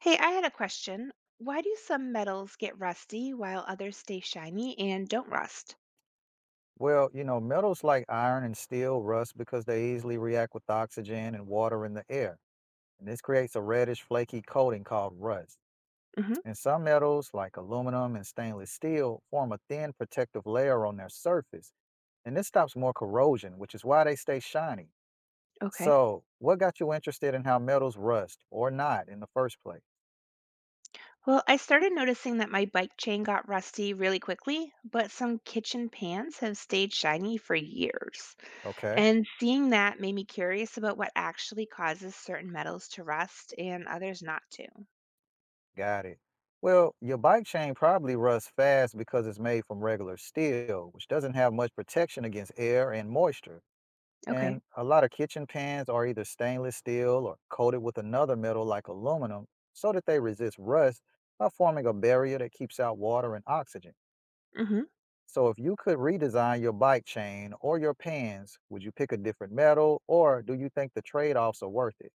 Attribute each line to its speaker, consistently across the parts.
Speaker 1: Hey, I had a question. Why do some metals get rusty while others stay shiny and don't rust?
Speaker 2: Well, you know, metals like iron and steel rust because they easily react with oxygen and water in the air. And this creates a reddish, flaky coating called rust.
Speaker 1: hmm
Speaker 2: And some metals, like aluminum and stainless steel, form a thin protective layer on their surface. And this stops more corrosion, which is why they stay shiny.
Speaker 1: Okay.
Speaker 2: So, what got you interested in how metals rust or not in the first place?
Speaker 1: Well, I started noticing that my bike chain got rusty really quickly, but some kitchen pans have stayed shiny for years.
Speaker 2: Okay.
Speaker 1: And seeing that made me curious about what actually causes certain metals to rust and others not to.
Speaker 2: Got it. Well, your bike chain probably rusts fast because it's made from regular steel, which doesn't have much protection against air and moisture.
Speaker 1: Okay.
Speaker 2: And a lot of kitchen pans are either stainless steel or coated with another metal like aluminum so that they resist rust by forming a barrier that keeps out water and oxygen.
Speaker 1: hmm
Speaker 2: So, if you could redesign your bike chain or your pans, would you pick a different metal or do you think the trade offs are worth it?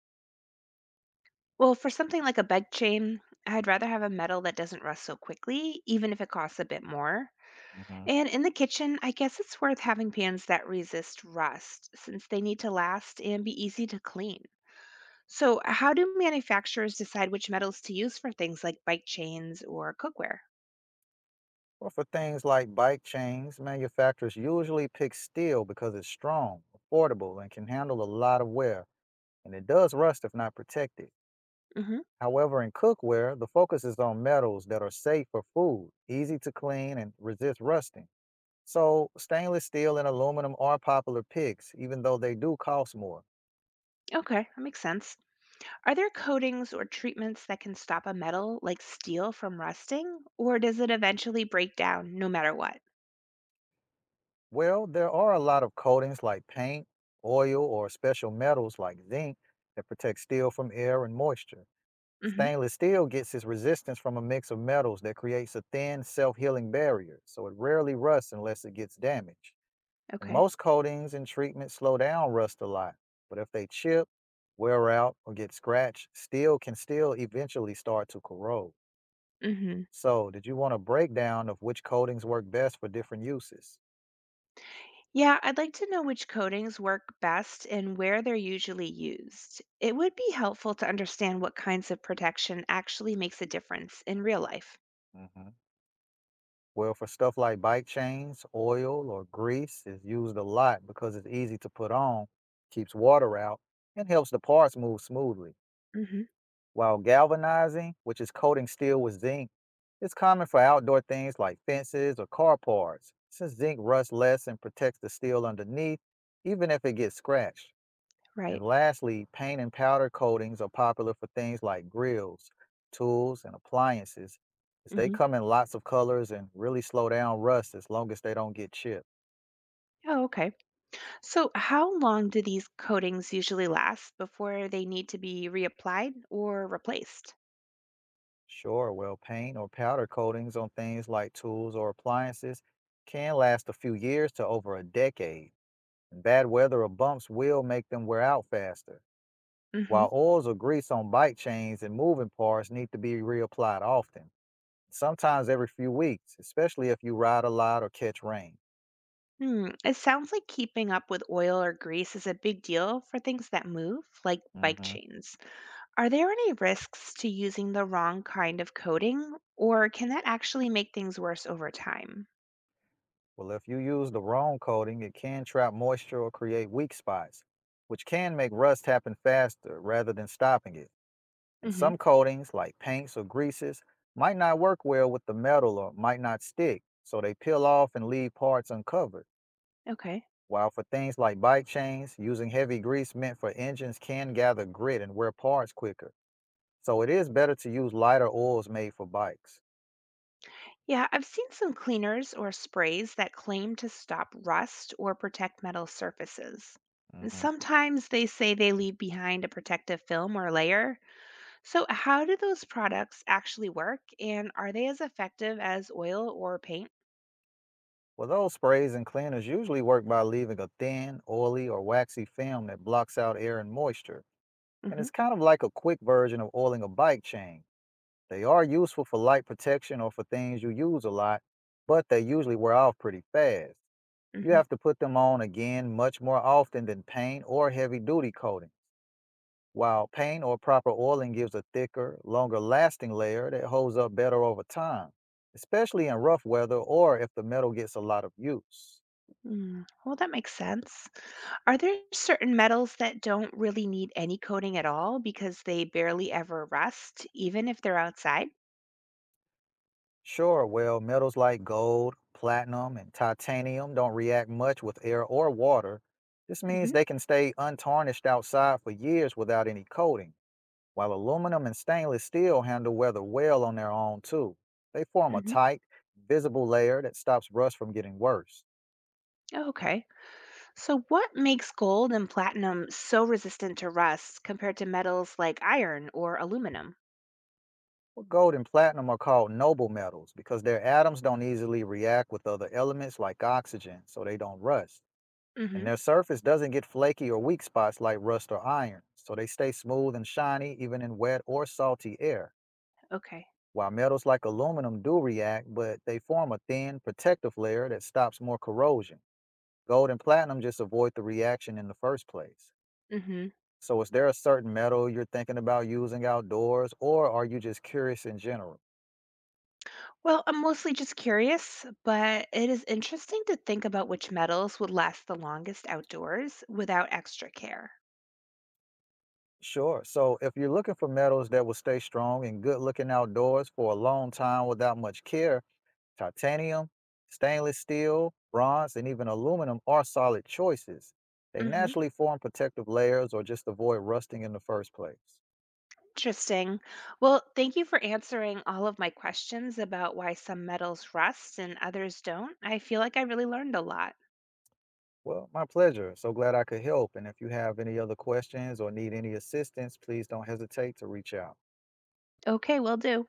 Speaker 1: Well, for something like a bike chain, I'd rather have a metal that doesn't rust so quickly, even if it costs a bit more.
Speaker 2: Mm-hmm.
Speaker 1: And in the kitchen, I guess it's worth having pans that resist rust since they need to last and be easy to clean. So, how do manufacturers decide which metals to use for things like bike chains or cookware?
Speaker 2: Well, for things like bike chains, manufacturers usually pick steel because it's strong, affordable, and can handle a lot of wear, and it does rust if not protected.
Speaker 1: hmm
Speaker 2: However, in cookware, the focus is on metals that are safe for food, easy to clean, and resist rusting. So, stainless steel and aluminum are popular picks, even though they do cost more.
Speaker 1: Okay, that makes sense. Are there coatings or treatments that can stop a metal like steel from rusting, or does it eventually break down no matter what?
Speaker 2: Well, there are a lot of coatings like paint, oil, or special metals like zinc that protect steel from air and moisture.
Speaker 1: hmm
Speaker 2: Stainless steel gets its resistance from a mix of metals that creates a thin, self healing barrier, so it rarely rusts unless it gets damaged. And
Speaker 1: Okay.
Speaker 2: most coatings and treatments slow down rust a lot, but if they chip, wear out, or get scratched, steel can still eventually start to corrode. So, did you want a breakdown of which coatings work best for different uses?
Speaker 1: Yeah, I'd like to know which coatings work best and where they're usually used. It would be helpful to understand what kinds of protection actually makes a difference in real life.
Speaker 2: Mhm. Well, for stuff like bike chains, oil or grease is used a lot because it's easy to put on, keeps water out, and helps the parts move smoothly.
Speaker 1: hmm
Speaker 2: While galvanizing, which is coating steel with zinc, is common for outdoor things like fences or car parts, since zinc rusts less and protects the steel underneath, even if it gets scratched.
Speaker 1: right.
Speaker 2: And lastly, paint and powder coatings are popular for things like grills, tools, and appliances, as they
Speaker 1: hmm
Speaker 2: come in lots of colors and really slow down rust as long as they don't get chipped.
Speaker 1: Oh, okay. So, how long do these coatings usually last before they need to be reapplied or replaced?
Speaker 2: Sure, well, paint or powder coatings on things like tools or appliances can last a few years to over a decade, and bad weather or bumps will make them wear out faster, while
Speaker 1: hmm
Speaker 2: oils or grease on bike chains and moving parts need to be reapplied often, sometimes every few weeks, especially if you ride a lot or catch rain.
Speaker 1: Hmm. It sounds like keeping up with oil or grease is a big deal for things that move, like bike
Speaker 2: Mhm.
Speaker 1: chains. Are there any risks to using the wrong kind of coating, or can that actually make things worse over time?
Speaker 2: Well, if you use the wrong coating, it can trap moisture or create weak spots, which can make rust happen faster rather than stopping it. And
Speaker 1: hmm
Speaker 2: some coatings, like paints or greases, might not work well with the metal or might not stick, so they peel off and leave parts uncovered.
Speaker 1: Okay.
Speaker 2: While for things like bike chains, using heavy grease meant for engines can gather grit and wear parts quicker. So it is better to use lighter oils made for bikes.
Speaker 1: Yeah, I've seen some cleaners or sprays that claim to stop rust or protect metal surfaces. And sometimes they say they leave behind a protective film or layer. So, how do those products actually work, and are they as effective as oil or paint?
Speaker 2: Well, those sprays and cleaners usually work by leaving a thin, oily, or waxy film that blocks out air and moisture. And
Speaker 1: hmm
Speaker 2: it's kind of like a quick version of oiling a bike chain. They are useful for light protection or for things you use a lot, but they usually wear off pretty fast. You
Speaker 1: hmm
Speaker 2: have to put them on again much more often than paint or heavy duty coating, while paint or proper oiling gives a thicker, longer lasting layer that holds up better over time, especially in rough weather or if the metal gets a lot of use.
Speaker 1: Mm. Well, that makes sense. Are there certain metals that don't really need any coating at all because they barely ever rust, even if they're outside?
Speaker 2: Sure, well, metals like gold, platinum, and titanium don't react much with air or water. This means
Speaker 1: hmm
Speaker 2: they can stay untarnished outside for years without any coating, while aluminum and stainless steel handle weather well on their own, too. They form a
Speaker 1: hmm
Speaker 2: tight, visible layer that stops rust from getting worse.
Speaker 1: okay. So, what makes gold and platinum so resistant to rust compared to metals like iron or aluminum?
Speaker 2: Well, gold and platinum are called noble metals because their atoms don't easily react with other elements like oxygen, so they don't rust. And
Speaker 1: hmm
Speaker 2: their surface doesn't get flaky or weak spots like rust or iron, so they stay smooth and shiny even in wet or salty air.
Speaker 1: Okay.
Speaker 2: While metals like aluminum do react, but they form a thin protective layer that stops more corrosion. Gold and platinum just avoid the reaction in the first place.
Speaker 1: hmm
Speaker 2: So, is there a certain metal you're thinking about using outdoors, or are you just curious in general?
Speaker 1: Well, I'm mostly just curious, but it is interesting to think about which metals would last the longest outdoors without extra care.
Speaker 2: Sure. So, if you're looking for metals that will stay strong and good looking outdoors for a long time without much care, titanium, stainless steel, bronze, and even aluminum are solid choices. They naturally form protective layers or just avoid rusting in the first place.
Speaker 1: Interesting. Well, thank you for answering all of my questions about why some metals rust and others don't. I feel like I really learned a lot.
Speaker 2: Well, my pleasure. So glad I could help. And if you have any other questions or need any assistance, please don't hesitate to reach out.
Speaker 1: Okay, will do.